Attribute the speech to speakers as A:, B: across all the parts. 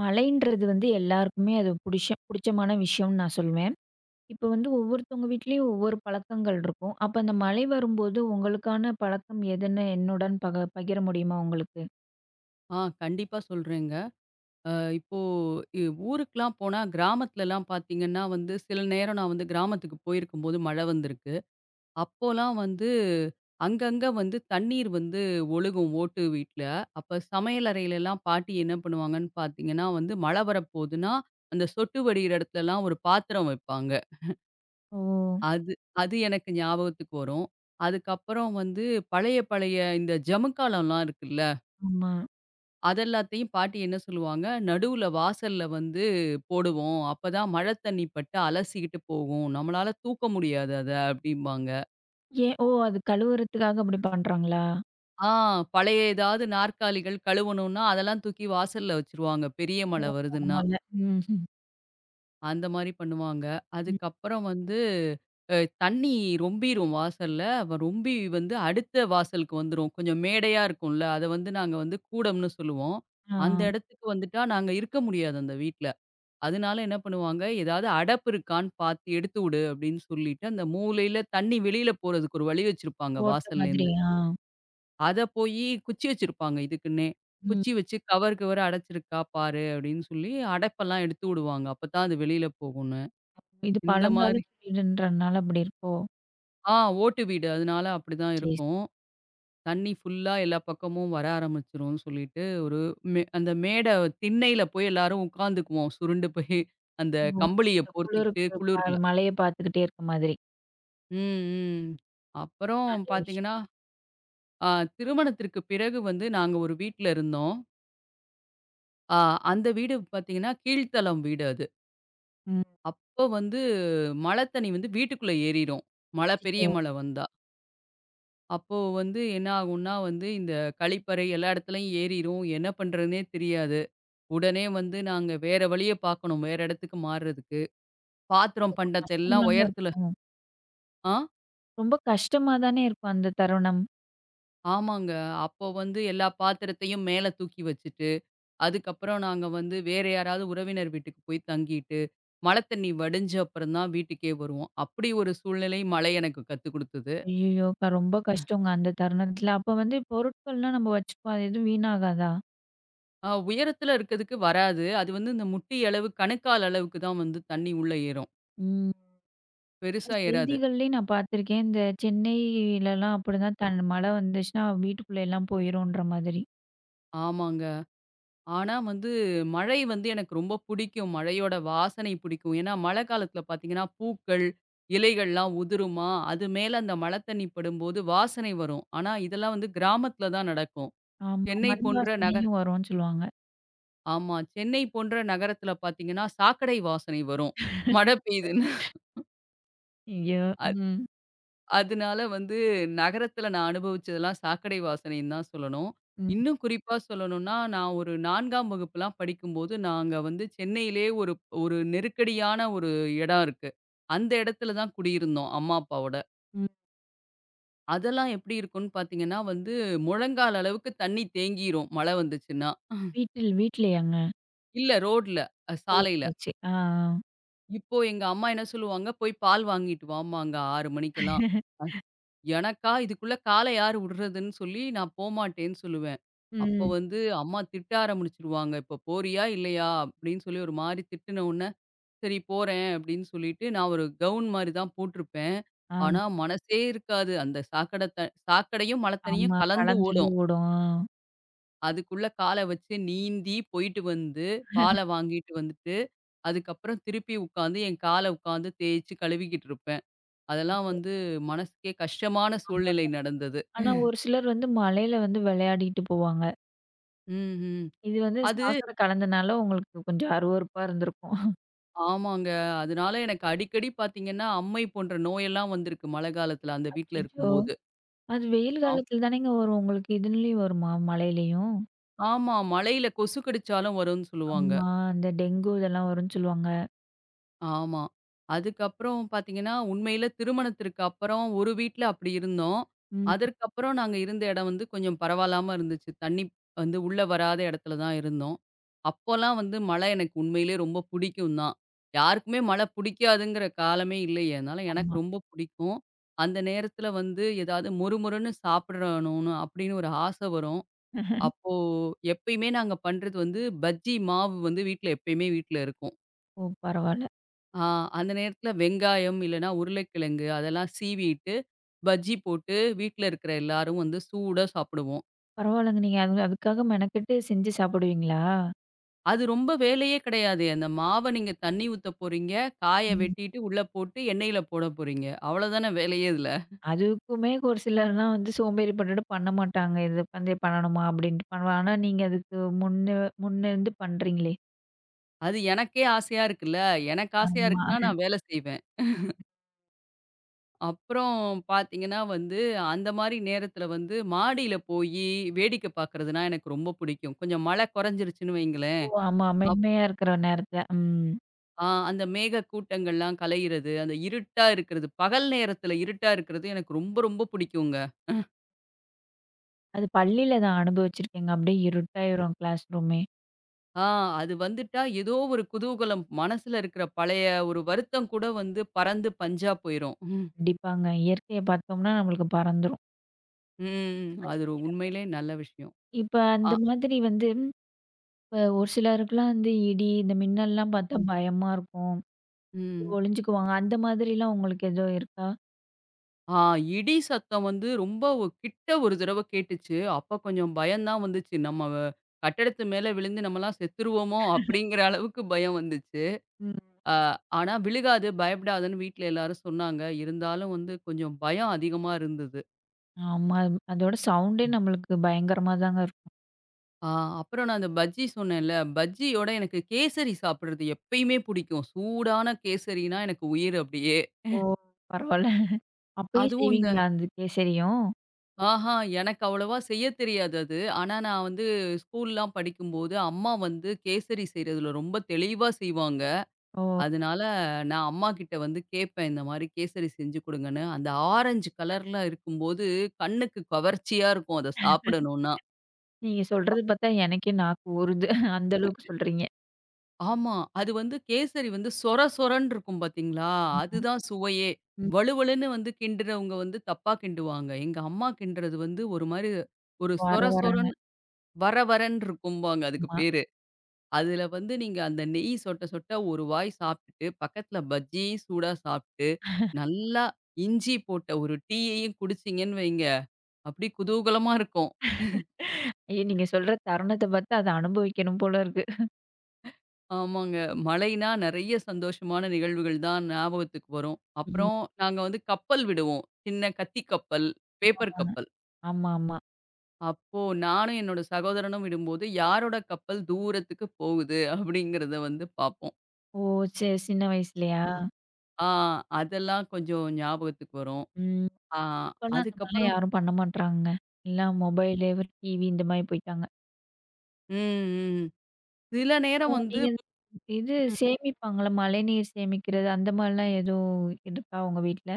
A: மழைன்றது வந்து எல்லாருக்குமே அது புடிச்சமான விஷயம்னு நான் சொல்வேன். இப்ப வந்து ஒவ்வொருத்தவங்க வீட்லயும் ஒவ்வொரு பழக்கங்கள் இருக்கும். அப்ப அந்த மழை வரும்போது உங்களுக்கான பழக்கம் எதுன்னு என்னுடன் பகிர முடியுமா உங்களுக்கு?
B: ஆ கண்டிப்பா சொல்றேங்க. அ இப்போ இ ஊருக்குலாம் போனா கிராமத்துலலாம் பார்த்தீங்கன்னா வந்து, சில நேரம் நான் வந்து கிராமத்துக்கு போயிருக்கும்போது மழை வந்திருக்கு. அப்போலாம் வந்து அங்கங்க வந்து தண்ணீர் வந்து ஒழுகும் ஓட்டு வீட்ல. அப்ப சமையல் அறையிலலாம் பாட்டி என்ன பண்ணுவாங்கன்னு பார்த்தீங்கன்னா வந்து, மழை வரப்போதுன்னா, அந்த சொட்டு வடிகிற இடத்துலலாம் ஒரு பாத்திரம் வைப்பாங்க.
A: ஓ!
B: அது அது எனக்கு ஞாபகத்துக்கு வரும். அதுக்கப்புறம் வந்து பழைய பழைய இந்த ஜமுக்காலம்லாம் இருக்குல்ல.
A: ஆமா.
B: அதெல்லாத்தையும் பாட்டி என்ன சொல்லுவாங்க, "நடுவுல வாசல்ல வந்து போடுவோம். அப்பதான் மழை தண்ணி பட்டு அலசிக்கிட்டு போகும். நம்மளால தூக்க முடியாது அத" அப்படிம்பாங்க.
A: ஏன் ஓ! அது கழுவுறதுக்காக அப்படி பண்றாங்களா?
B: ஆ, பழைய ஏதாவது நாற்காலிகள் கழுவணும்னா, அதெல்லாம் தூக்கி வாசல்ல வச்சுருவாங்க. பெரிய
A: ஓ!
B: மழை வருதுன்னா.
A: பரவால்ல. ம்ஹ்ம். ம்.
B: அந்த மாரி பண்ணுவாங்க.
A: ம்.
B: அதுக்கப்புறம் வந்து அ தண்ணி ரொம்பிரும் வாசல்ல. ரொம்பி வந்து அடுத்த வாசலுக்கு வந்துரும். கொஞ்சம் மேடையா இருக்கும்ல, அத வந்து நாங்க வந்து கூடம்னு சொல்லுவோம்.
A: ஆ.
B: அந்த இடத்துக்கு வந்துட்டா நாங்க இருக்க முடியாது அந்த வீட்ல. அதனால என்ன பண்ணுவாங்க, ஏதாவது அடப்பு இருக்கான்னு பார்த்து எடுத்து விடு அப்படின்னு சொல்லிட்டு, அந்த மூலையில தண்ணி வெளியில போறதுக்கு ஒரு வழி வச்சிருப்பாங்க
A: ஓட்ட மாதிரி.
B: வாசல்லேருந்து.
A: ஆ.
B: அத போயி குச்சி வச்சிருப்பாங்க இதுக்குன்னே.
A: ம்.
B: குச்சி வச்சு கவர் கிவர் அடைச்சிருக்கா பாரு அப்படின்னு சொல்லி அடைப்பெல்லாம் எடுத்து விடுவாங்க. அப்பதான் அது வெளியில போகும்னு.
A: இது
B: இந்த மாரி
A: பழங்காலத்து வீடுன்றனால அப்படி இருக்கோ?
B: ஆ, ஓட்டு வீடு. அதனால அப்படிதான்
A: சரி.
B: இருக்கும். தண்ணி ஃபுல்லா எல்லா பக்கமும் வர ஆரம்பிச்சுரும்னு சொல்லிட்டு, ஒரு அந்த மேடை திண்ணையில போய் எல்லாரும் உட்காந்துக்குவோம். சுருண்டு போய் அந்த
A: சரி. ஓ!
B: கம்பளிய
A: அந்த
B: போர்த்திக்கிட்டு
A: குளிருக்கு ப
B: குளிர்ல.
A: மழைய பார்த்துக்கிட்டே இருக்க மாதிரி.
B: ம், ம். அப்புறம்
A: நல்ல விஷயம்.
B: பார்த்தீங்கன்னா, அ திருமணத்திற்கு பிறகு வந்து நாங்க ஒரு வீட்ல இருந்தோம். அ அந்த வீடு பார்த்தீங்கன்னா, கீழ்த்தளம் வீடு அது.
A: ம்.
B: அப்போ வந்து மழை தண்ணி வந்து வீட்டுக்குள்ள ஏறிரும். மழை பெரிய
A: அச்சச்சோ!
B: மழை வந்தா. அப்போ வந்து என்ன ஆகும்னா வந்து இந்த கழிப்பறை எல்லா இடத்துலயும் ஏறிரும். என்ன பண்றதுன்னே தெரியாது. உடனே வந்து நாங்க வேற வழிய பார்க்கணும். வேற இடத்துக்கு மாறுறதுக்கு. பாத்திரம்,
A: ரொம்ப
B: பண்டத்த எல்லாம்
A: கஷ்டமால
B: உயரத்துல
A: இருக்கும்.
B: ஆ,
A: ரொம்ப கஷ்டமா தானே இருக்கும் அந்த தருணம்.
B: ஆமாங்க. அப்போ வந்து எல்லா பாத்திரத்தையும் மேல தூக்கி வச்சுட்டு அதுக்கப்புறம் நாங்க வந்து வேற யாராவது உறவினர் வீட்டுக்கு போய் தங்கிட்டு, மழை தண்ணீ வடிஞ்ச அப்புறம் தான் வீட்டுக்கே வருவோம். அப்படி ஒரு சூழ்நிலை மழை எனக்கு கத்துக் குடுத்தது.
A: ஐய்யயோ! ரொம்ப கஷ்டங்க அந்த தருணத்துல. அப்ப வந்து பொருட்கள்லாம் நம்ம வச்சுப்போம். அது எதுவும் வீணாகாதா?
B: உயரத்துல இருக்கதுக்கு வராது. அது வந்து இந்த முட்டி அளவு, கணுக்கால் அளவுக்கு தான் வந்து தண்ணீ உள்ள ஏறும்.
A: ம். அது
B: பெருசா ஏறாது.
A: செய்திகள்லயும் நான் பார்த்துருக்கேன். இந்த சென்னையிலலாம் அப்படிதான் மழை வந்துச்சுன்னா வீட்டுக்குள்ள எல்லாம் போயிரும்ன்ற மாதிரி.
B: ஆமாங்க. ஆனா வந்து மழை வந்து எனக்கு ரொம்ப புடிக்கும். மழையோட வாசனை புடிக்கும். ஏன்னா மழை காலத்துல பார்த்தீங்கன்னா, பூக்கள், இலைகள்லாம் உதிருமா, அது மேல அந்த மழை தண்ணீ படும்போது வாசனை வரும். ஆனா இதெல்லாம் வந்து கிராமத்துல தான் நடக்கும்.
A: ஆமா.
B: சென்னை
A: மண்
B: போன்ற நகர
A: வாசனையும் வரும்னு சொல்லுவாங்க.
B: ஆமா. சென்னை போன்ற நகரத்தில பார்த்தீங்கன்னா, சாக்கடை வாசனை வரும். மழை பெய்யுதுன்னு.
A: ஐயோ!
B: அது
A: ம்.
B: அதனால வந்து நகரத்தில நான் அனுபவிச்சதெல்லாம் சாக்கடை வாசனைன்னு தான் சொல்லணும்.
A: ம்.
B: இன்னும் குறிப்பா சொல்லணும்னா, நான் ஒரு 4ஆம் வகுப்புலாம் படிக்கும்போது, நாங்க வந்து சென்னையிலேயே ஒரு ஒரு நெருக்கடியான ஒரு இடம் இருக்கு. அந்த இடத்துல தான் குடியிருந்தோம், அம்மா அப்பாவோட.
A: ம்.
B: அதெல்லாம் எப்படி இருக்கும்னு பார்த்தீங்கன்னா வந்து, முழங்கால் அளவுக்கு தண்ணி தேங்கிரும் மழை வந்துச்சுன்னா.
A: வீட்டில் வீட்லயாங்க?
B: இல்ல ரோட்ல, சாலையில.
A: ஓகே சரி. ஆ. ஆ.
B: இப்போ எங்க அம்மா என்ன சொல்லுவாங்க, "போய் பால் வாங்கிட்டு வாம்மாங்க 6 மணிக்கெல்லாம்." எனக்கா இதுக்குள்ள கால யார் விடுறதுன்னு சொல்லி நான் போமாட்டேன்னு சொல்லுவேன். அப்போ
A: ம்.
B: வந்து அம்மா திட்ட ஆரம்பிச்சுருவாங்க. "இப்போ போறியா இல்லையா?" அப்படின்னு சொல்லி ஒரு மாரி திட்டுன உடனே, "சரி போறேன்" அப்படின்னு சொல்லிட்டு நான் ஒரு கவுன் மாரி தான் போட்டிருப்பேன். ஆனா
A: ஆ.
B: மனசே இருக்காது. அந்த சாக்கடையும் மழை தண்ணியும்
A: ஆமா.
B: கலந்து
A: கலந்துல
B: ஓடும்.
A: ஓடும்.
B: அதுக்குள்ள கால வச்சு நீந்தி போயிட்டு வந்து, பால வாங்கிட்டு வந்துட்டு, அதுக்கப்புறம் திருப்பி உட்காந்து என் கால உட்காந்து தேய்ச்சு கழுவிக்கிட்டு இருப்பேன். அதெல்லாம் வந்து மனசுக்கே கஷ்டமான
A: ஆமா.
B: சூழ்நிலை நடந்தது.
A: ஆனா, ஒரு சிலர் வந்து மழையில வந்து விளையாடிட்டு போவாங்க.
B: ம்ஹ்ம்.
A: இது வந்து
B: அது,
A: சாக்கடை கலந்தனால உங்களுக்கு கொஞ்சம் அருவருப்பா இருந்திருக்கும்.
B: ஆமாங்க. அதனால எனக்கு அடிக்கடி பார்த்தீங்கன்னா, அம்மை போன்ற நோயெல்லாம் வந்திருக்கு மழை காலத்துல அந்த வீட்ல
A: அச்சச்சோ!
B: இருக்கும்போது.
A: அது வெயில்
B: ஆ,
A: காலத்துல தானேங்க வரும். உங்களுக்கு இதுலயும் வருமா? மழையிலயும்?
B: ஆமா. மழையில கொசு கடிச்சாலும் வரும்னு சொல்லுவாங்க.
A: ஆமா. அந்த டெங்கு இதெல்லாம் வரும்ன்னு சொல்லுவாங்க.
B: ஆமா. அதுக்கப்புறம் பார்த்தீங்கன்னா, உண்மையில திருமணத்திற்கு அப்புறம் ஒரு வீட்ல அப்படி இருந்தோம்.
A: ம்.
B: அதற்கப்புறம் நாங்க இருந்த இடம் வந்து கொஞ்சம் பரவாயில்லாம இருந்துச்சு. தண்ணி வந்து உள்ள வராத இடத்துல தான் இருந்தோம். அப்போலாம் வந்து மழை எனக்கு உண்மையிலே ரொம்ப பிடிக்கும் தான். யாருக்குமே மழை பிடிக்காதுங்கிற காலமே இல்லையே! அதனால எனக்கு
A: ஆமா.
B: ரொம்ப பிடிக்கும். அந்த நேரத்தில வந்து ஏதாவது மொறுமொறுன்னு சாப்பிடணும்னு அப்படின்னு ஒரு ஆசை வரும். அப்போ எப்பயுமே நாங்க பண்றது வந்து பஜ்ஜி மாவு வந்து வீட்ல எப்பயுமே வீட்ல இருக்கும்.
A: ஓ! பரவால்ல.
B: ஆ, அந்த நேரத்துல வெங்காயம் இல்லன்னா உருளைக்கிழங்கு அதெல்லாம் சீவிட்டு, பஜ்ஜி போட்டு வீட்ல இருக்கிற எல்லாரும் வந்து சூடா சாப்பிடுவோம்.
A: பரவால்லங்க. நீங்க அது அதுக்காக மெனக்கெட்டு செஞ்சு சாப்பிடுவீங்களா?
B: அது ரொம்ப வேலையே கிடையாது. அந்த மாவ நீங்க தண்ணி ஊத்த போறீங்க, காய
A: ம்.
B: வெட்டிட்டு உள்ள போட்டு எண்ணெயில போட போறீங்க. அவ்வளோதானே வேலையே இதுல.
A: அதுக்குமே ஒரு சிலர்லாம் வந்து சோம்பேறி பட்டுட்டு பண்ண மாட்டாங்க. இது வந்து பண்ணணுமா? அப்படின்ட்டு பண்ணுவாங்க. ஆனா, நீங்க அதுக்கு முன்ன முன்னிருந்து பண்றீங்களே!
B: அது எனக்கே ஆசையா இருக்குல்ல. எனக்கு ஆசையா
A: ஆமா.
B: இருக்குன்னா நான் வேலை செய்வேன். அப்புறம் பார்த்தீங்கன்னா வந்து, அந்த மாரி நேரத்துல வந்து மாடியில போயி வேடிக்கை பார்க்கறதுனா எனக்கு ரொம்ப பிடிக்கும். கொஞ்சம் மழை குறைஞ்சிருச்சுன்னு வைங்களேன்.
A: ஓ! ஆமா. மென்மையா இருக்கிற நேரத்துல. ம்.
B: ஆ, அந்த மேக கூட்டங்கள்லாம் கலையிறது, அந்த இருட்டா இருக்கிறது. பகல் நேரத்துல இருட்டா இருக்கிறது எனக்கு ரொம்ப, ரொம்ப பிடிக்குங்க.
A: அது பள்ளியில தான் அனுபவிச்சிருக்கேங்க. அப்படியே இருட்டாயிரும் கிளாஸ் ரூமே.
B: ஆ, அது வந்துட்டா ஏதோ ஒரு குதூகலம் மனசுல இருக்கிற பழைய ஒரு வருத்தம் கூட வந்து பறந்து பஞ்சா போயிரும். ம்.
A: கண்டிப்பாங்க. இயற்கைய பார்த்தோம்னா நம்மளுக்கு பறந்துரும்.
B: ம், அது ஒரு
A: ரசிக்கிறப்ப.
B: உண்மையிலேயே நல்ல விஷயம்.
A: இப்ப
B: ஆ.
A: அந்த மாதிரி வந்து இப்ப ஒரு சிலருக்குலாம் வந்து இடி, இந்த மின்னல்லாம் பார்த்தா
B: ம்.
A: பயமா இருக்கும்.
B: ம்.
A: ஒளிஞ்சுக்குவாங்க. அந்த மாதிரிலாம் உங்களுக்கு ஏதோ இருக்கா?
B: ஆ, இடி சத்தம் வந்து ரொம்ப கிட்ட ஒரு தடவ கேட்டுச்சு. அப்ப கொஞ்சம் பயந்தான் வந்துச்சு. நம்ம கட்டடத்து மேல விழுந்து நம்மலாம் செத்துருவோமோ! அப்படிங்கிற அளவுக்கு பயம் வந்துச்சு.
A: ம்.
B: அ ஆனா விழுகாது, பயப்படாதன்னு வீட்ல எல்லாரும் சொன்னாங்க. இருந்தாலும் வந்து கொஞ்சம் பயம் அதிகமா இருந்தது.
A: ஆமா. அதோட சவுண்டே நம்மளுக்கு பயங்கரமா தாங்க இருக்கும்.
B: ஆ, அப்புறம் நான் அந்த பஜ்ஜி சொன்னேன்ல, பஜ்ஜியோட எனக்கு கேசரி சாப்பிடுறது எப்பயுமே பிடிக்கும். சூடான கேசரினா எனக்கு உயிர் அப்படியே.
A: ஓ! பரவால்ல. அப்பயும்
B: அதுவும் இந்த
A: செய்வீங்களா அந்த கேசரியும்?
B: ஆஹா, எனக்கு அவ்வளவா செய்ய தெரியாது அது. ஆனா நான் வந்து ஸ்கூல்லாம் படிக்கும்போது, அம்மா வந்து கேசரி செய்றதுல ரொம்ப தெளிவா செய்வாங்க.
A: ஓ!
B: அதனால நான் அம்மாகிட்ட வந்து கேட்பேன், இந்த மாரி கேசரி செஞ்சு குடுங்கன்னு. அந்த ஆரஞ்சு கலர்ல இருக்கும்போது, கண்ணுக்கு கவர்ச்சியா இருக்கும் அத சாப்பிடணும்னா.
A: நீங்க சொல்றது பார்த்தா எனக்கே நாக்கு ஊறுது. அந்த அளவுக்கு சொல்றீங்க.
B: ஆமா. அது வந்து கேசரி வந்து சொர சொரன்னு இருக்கும் பார்த்தீங்களா?
A: ம்.
B: அதுதான் சுவையே.
A: ம்.
B: வழுவழுன்னு வந்து கிண்டுறவங்க வந்து தப்பா கிண்டுவாங்க. எங்க அம்மா கிண்டுறது வந்து ஒரு மாரி ஒரு
A: வர
B: சொர
A: வரன்னு.
B: சொரன்னு, வர வரன்னு இருக்கும்பாங்க அதுக்கு
A: ஆமா.
B: பேரு. அதுல வந்து நீங்க அந்த நெய் சொட்ட சொட்ட ஒரு வாய் சாப்பிட்டுட்டு, பக்கத்துல பஜ்ஜியும் சூடா சாப்பிட்டு, நல்லா இஞ்சி போட்ட ஒரு டீயையும் குடிச்சீங்கன்னு வைங்க, அப்படியே குதூகலமா இருக்கும்.
A: ஐயோ! நீங்க சொல்ற தருணத்த பார்த்து அத அனுபவிக்கணும் போல இருக்கு.
B: ஆமாங்க. மழைனா நெறைய சந்தோஷமான நிகழ்வுகள் தான் ஞாபகத்துக்கு வரும்.
A: ம்.
B: அப்புறம் நாங்க வந்து கப்பல் விடுவோம். சின்ன கத்தி கப்பல், பேப்பர் கப்பல்.
A: ஆமா, ஆமா.
B: அப்போ நானும் என்னோட சகோதரனும் விடும்போது, யாரோட கப்பல் தூரத்துக்கு போகுது அப்படிங்கிறத வந்து பார்ப்போம்.
A: ஓ! சரி சின்ன வயசுலயா?
B: ஆ, அதெல்லாம் கொஞ்சம் ஞாபகத்துக்கு வரும்.
A: ம்.
B: ஆ.
A: இப்பலாம் அந்த மாரிலாம்
B: அதுக்கப்புறம்
A: யாரும் பண்ண மாட்றாங்க. எல்லாம் மொபைலு, டிவி இந்த மாரி போயிட்டாங்க.
B: ம், ம். சில நேரம்
A: அப்புறம்
B: வந்து
A: நீங்க இது
B: ம்.
A: சேமிப்பாங்கள்ல, மழைநீர் சேமிக்கிறது அந்த மாரிலாம் எதுவும் இருக்கா உங்க வீட்ல?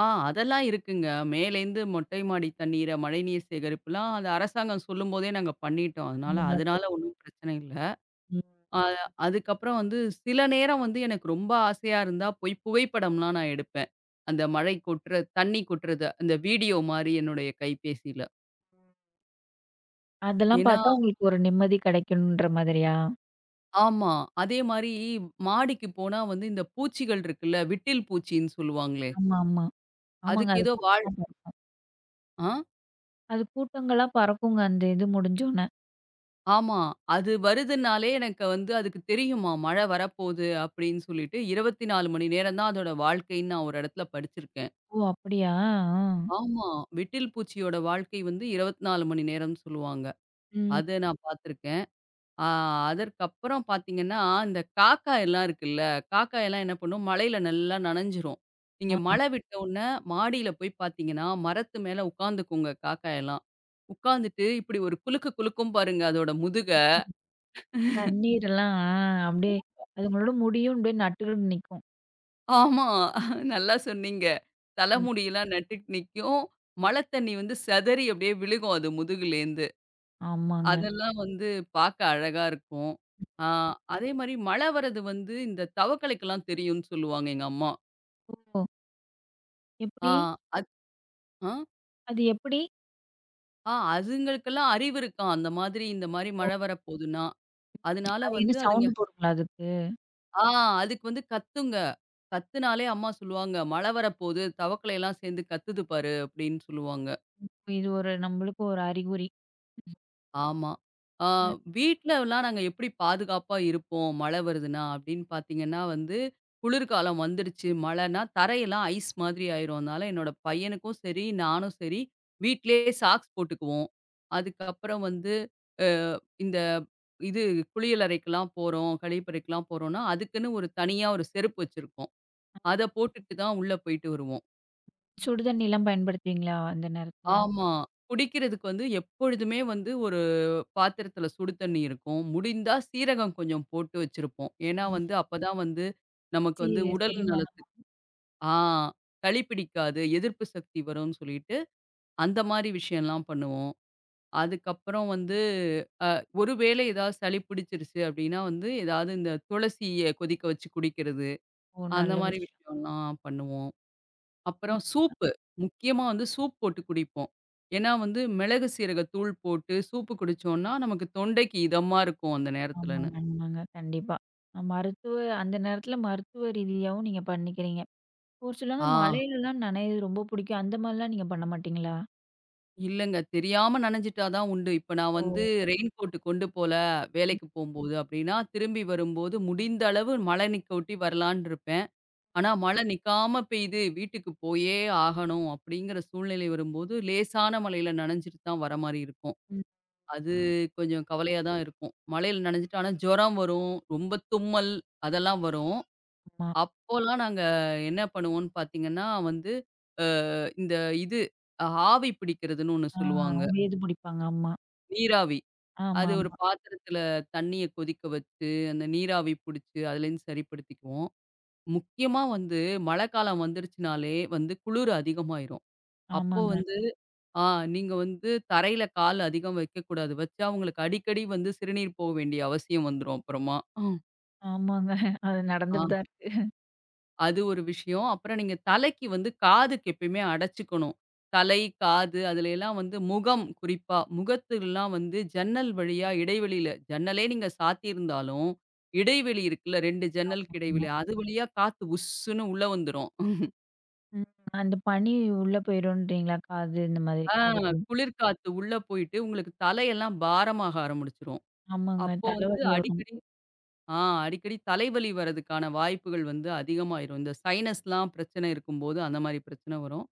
B: ஆ, அதெல்லாம் இருக்குங்க. மேலேருந்து மொட்டை மாடி தண்ணீர, மழைநீர் சேகரிப்புலாம் அது அரசாங்கம் சொல்லும்போதே நாங்க பண்ணிட்டோம். அதனால
A: ரொம்ப
B: அதனால
A: நல்லது.
B: ஒண்ணும் பிரச்சனை இல்ல.
A: ம்.
B: அ அதுக்கப்புறம் வந்து சில நேரம் வந்து எனக்கு ரொம்ப ஆசையா இருந்தா போய் புகைப்படம்லாம் நான் எடுப்பேன். அந்த மழை கொட்டுற தண்ணி கொட்டுறது. அந்த வீடியோ மாரி என்னுடைய கைபேசியில.
A: அதெல்லாம்
B: ஏன்னா,
A: பார்த்தா உங்களுக்கு ஒரு நிம்மதி கிடைக்கணுன்ற மாதிரியா?
B: ஆமா. அதே மாரி மாடிக்கு போனா வந்து இந்த பூச்சிகள் இருக்குல்ல, விட்டில் பூச்சின்னு சொல்லுவாங்களே.
A: ஆமா, ஆமா. ஆமாங்க.
B: அதுக்கு
A: அது
B: ஏதோ
A: கூட்டமா பறக்கும்.
B: ஆ.
A: அது கூட்டங்களா பறக்குங்க அந்த இது முடிஞ்சோன.
B: ஆமா. அது வருதுன்னாலே எனக்கு வந்து அதுக்கு தெரியுமா, மழை வரப்போது அப்படின்னு சொல்லிட்டு 24 மணி நேரம் தான் அதோட வாழ்க்கைன்னு நான் ஒரு இடத்துல படிச்சிருக்கேன்.
A: ஓ! அப்படியா?
B: ஆமா. விட்டில் பூச்சியோட வாழ்க்கை வந்து 24 மணி நேரம்னு சொல்லுவாங்க. அத
A: ம்.
B: நான் பார்த்துருக்கேன். ஆ, அதற்கப்புறம் பார்த்தீங்கன்னா, இந்த காக்கா எல்லாம் இருக்குல்ல, காக்கா எல்லாம் என்ன பண்ணும், மழையில நல்லா நனைஞ்சிரும். நீங்க
A: ஆ. ம். ஆ.
B: மழை விட்ட உடனே மாடியில போய் பார்த்தீங்கன்னா, மரத்து மேல உட்காந்துக்குங்க காக்கா எல்லாம். உட்காந்துட்டு இப்படி ஒரு குலுக்கு குலுக்கும் பாருங்க அதோட முதுக.
A: தண்ணீரெல்லாம் ஆ அப்படியே அதுங்களோட முடியும் அப்படியே நட்டுக்கிட்டு நிக்கும்.
B: ஆமா. நல்லா சொன்னீங்க.
A: ம்.
B: தலைமுடியெல்லாம் நட்டுட்டு நிக்கும். மழை தண்ணி வந்து சிதறி அப்படியே விழுகும் அது முதுகுலேருந்து.
A: ஆமாங்க.
B: அதெல்லாம் வந்து பார்க்க அழகா இருக்கும். ஆ, அதே மாரி மழை வர்றது வந்து இந்த தவக்கலைக்கெல்லாம் தெரியும்னு சொல்லுவாங்க எங்க அம்மா.
A: ஓ!
B: ஆ.
A: எப்படி?
B: அது ஆ.
A: அது எப்படி?
B: ஆ, அதுங்களுக்கெல்லாம் அறிவு இருக்காம். அந்த மாதிரி இந்த மாரி
A: ஓ!
B: மழை வரப்போதுன்னா. அதனால
A: அது என்ன
B: வந்து அதுங்க
A: சவுண்ட் போடுங்களா அதுக்கு?
B: ஆ, அதுக்கு வந்து கத்துங்க. கத்துனாலே அம்மா சொல்லுவாங்க, "மழை வரப்போது தவக்கலையெல்லாம் சேர்ந்து கத்துது பாரு" அப்படின்னு சொல்லுவாங்க.
A: இது ஒரு நம்மளுக்கு ஒரு அறிகுறி.
B: ஆமா. ஆ,
A: ம்.
B: வீட்லலாம் நாங்க எப்படி பாதுகாப்பா இருப்போம், மழை வருதுன்னா அப்படின்னு பார்த்தீங்கன்னா வந்து, குளிர்காலம் வந்துடுச்சு மழைன்னா தரையெல்லாம் ஐஸ் மாதிரி ஆயிரும். அதனால என்னோட பையனுக்கும் சரி, நானும் சரி வீட்லயே சாக்ஸ் போட்டுக்குவோம். அதுக்கப்புறம் வந்து அ இந்த இது குளியலறைக்கெல்லாம் போறோம், கழிப்பறைக்கெல்லாம் போறோம்னா, அதுக்குன்னு ஒரு தனியா ஒரு செருப்பு வச்சிருக்கோம். அத போட்டுட்டு தான் உள்ள போயிட்டு வருவோம்.
A: சுடு தண்ணிலாம் பயன்படுத்துவீங்களா அந்த நேரத்துல?
B: ஆமா. குடிக்கிறதுக்கு வந்து எப்பொழுதுமே வந்து ஒரு பாத்திரத்தில சுடு தண்ணி இருக்கும். முடிந்தா சீரகம் கொஞ்சம் போட்டு வச்சிருப்போம். ஏன்னா
A: ம்.
B: வந்து அப்பதான் வந்து நமக்கு
A: சி
B: வந்து உடல்
A: செரிமானம்.
B: நலத்துக்கு ஆ, சளி பிடிக்காது, எதிர்ப்பு சக்தி வரும்னு சொல்லிட்டு அந்த மாரி விஷயம்லாம் பண்ணுவோம். அதுக்கப்புறம் வந்து ஒரு வேளை ஏதாவது சளி பிடிச்சிருச்சு அப்டின்னா வந்து ஏதாவது இந்த துளசிய கொதிக்க வச்சு குடிக்கிறது,
A: ஓ!
B: அந்த
A: நல்ல
B: மாரி
A: விஷயம்.
B: விஷயம்லாம் பண்ணுவோம்.
A: ம்.
B: அப்புறம் சூப்பு. முக்கியமா வந்து சூப் போட்டு குடிப்போம். ஏன்னா வந்து மிளகு, சீரக தூள் போட்டு சூப்பு குடிச்சோம்னா, நமக்கு தொண்டைக்கு இதமா இருக்கும் அந்த நேரத்துலன்னு.
A: ஆமாங்க, ஆமாங்க. கண்டிப்பா. அ மருத்துவ அந்த நேரத்துல மருத்துவ ரீதியாவும் நீங்க பண்ணிக்கிறீங்க. ஒரு சிலவங்க
B: ஆ,
A: மழையிலலாம் நனையிறது ரொம்ப பிடிக்கும். அந்த மாரிலாம் நீங்க பண்ண மாட்டீங்களா?
B: இல்லங்க. தெரியாம நனஞ்சிட்டா தான் உண்டு. இப்ப நான்
A: ஓ!
B: வந்து ரெயின் கோட் கொண்டு போல வேலைக்கு போம்போது அப்டின்னா, திரும்பி வரும்போது முடிந்த அளவு மழை நிக்கொட்டி வரலான்னு இருப்பேன். ஆனா மழை நிக்காம பெய்யுது, வீட்டுக்கு போயே ஆகணும் அப்டிங்கிற சூழ்நிலை வரும்போது, லேசான மழையில நனஞ்சிட்டு தான் வர மாரி இருக்கும். அது கொஞ்சம் கவலையா தான் இருக்கும். மழையில நனைஞ்சுட்டு ஆனா ஜுரம் வரும். ரொம்ப தும்மல் அதெல்லாம் வரும்.
A: ஆமா.
B: அப்போலாம் நாங்க என்ன பண்ணுவோம்ன்னு பார்த்தீங்கன்னா, வந்து அ இந்த இது ஆவி பிடிக்கிறதுன்னு ஒண்ணு
A: ஆ
B: சொல்லுவாங்க.
A: வேது பிடிப்பாங்க. ஆமா.
B: நீராவி. அது ஒரு
A: ஆமாமா.
B: பாத்திரத்தில தண்ணீய கொதிக்க வச்சு, அந்த நீராவி புடிச்சு அதுலேருந்து சரிப்படுத்திக்குவோம். முக்கியமா வந்து மழைக்காலம் வந்துருச்சுனாலே வந்து குளிர் அதிகமாயிரும். அப்போ
A: ஆமாங்க.
B: வந்து ஆ, நீங்க வந்து தரையில கால் அதிகம் வைக்கக்கூடாது. வச்சா அவங்களுக்கு அடிக்கடி வந்து சிறுநீர் போக வேண்டிய அவசியம் வந்துரும் அப்புறமா.
A: ஆமாங்க. அது
B: ஆ,
A: நடந்துட்டு தான் இருக்கு.
B: அது ஒரு விஷயம். அப்புறம் நீங்க தலைக்கு வந்து காதுக்கு எப்பயுமே அடைச்சுக்கணும். தலை, காது அதுல எல்லாம் வந்து முகம் குறிப்பா, முகத்துலலாம் வந்து ஜன்னல் வழியா இடைவெளியில ஜன்னலே நீங்க சாத்தியிருந்தாலும், இடைவெளி இருக்குல்ல 2 ஜன்னலுக்கு இடைவெளி,
A: ஆமா.
B: அது வழியா காத்து உஸ்ஸுன்னு உள்ள வந்துரும்.
A: ம். அந்த பனி உள்ள போயிருன்றீங்களா? காது இந்த மாதிரி.
B: ஆ,
A: அதுக்கு
B: குளிர்காத்து உள்ள போயிட்டு உங்களுக்கு தலையெல்லாம் பாரமாக ஆரம்பிச்சுரும்.
A: ஆமாங்க.
B: அப்போ வந்து
A: தலைவலி வரும்.
B: அடிக்கடி ஆ, அடிக்கடி தலைவலி வரதுக்கான வாய்ப்புகள் வந்து அதிகமாயிரும். இந்த சைனஸ்லாம் பிரச்சனை இருக்கும்போது, அந்த மாரி பிரச்சனை வரும்.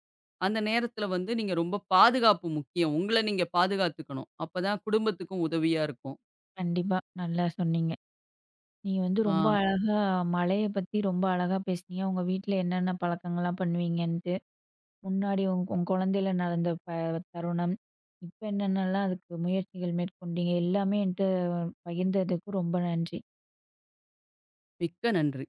B: அந்த நேரத்தில வந்து நீங்க ரொம்ப பாதுகாப்பு முக்கியம். உங்கள நீங்க பாதுகாத்துக்கணும். அப்பதான் குடும்பத்துக்கும் உதவியா இருக்கும்.
A: கண்டிப்பா. நல்லா சொன்னீங்க. நீங்க வந்து ரொம்ப
B: ஆ,
A: அழகா மழைய பத்தி ரொம்ப அழகா பேசுனீங்க. உங்க வீட்ல என்னென்ன பழக்கங்கள்லாம் பண்ணுவீங்கன்ட்டு. முன்னாடி உங்க உங்க குழந்தையில நடந்த தருணம். இப்ப என்னென்னலாம் அதுக்கு முயற்சிகள் மேற்கொண்டீங்க. எல்லாமே என்ட்ட பகிர்ந்ததுக்கு ரொம்ப நன்றி.
B: மிக்க நன்றி.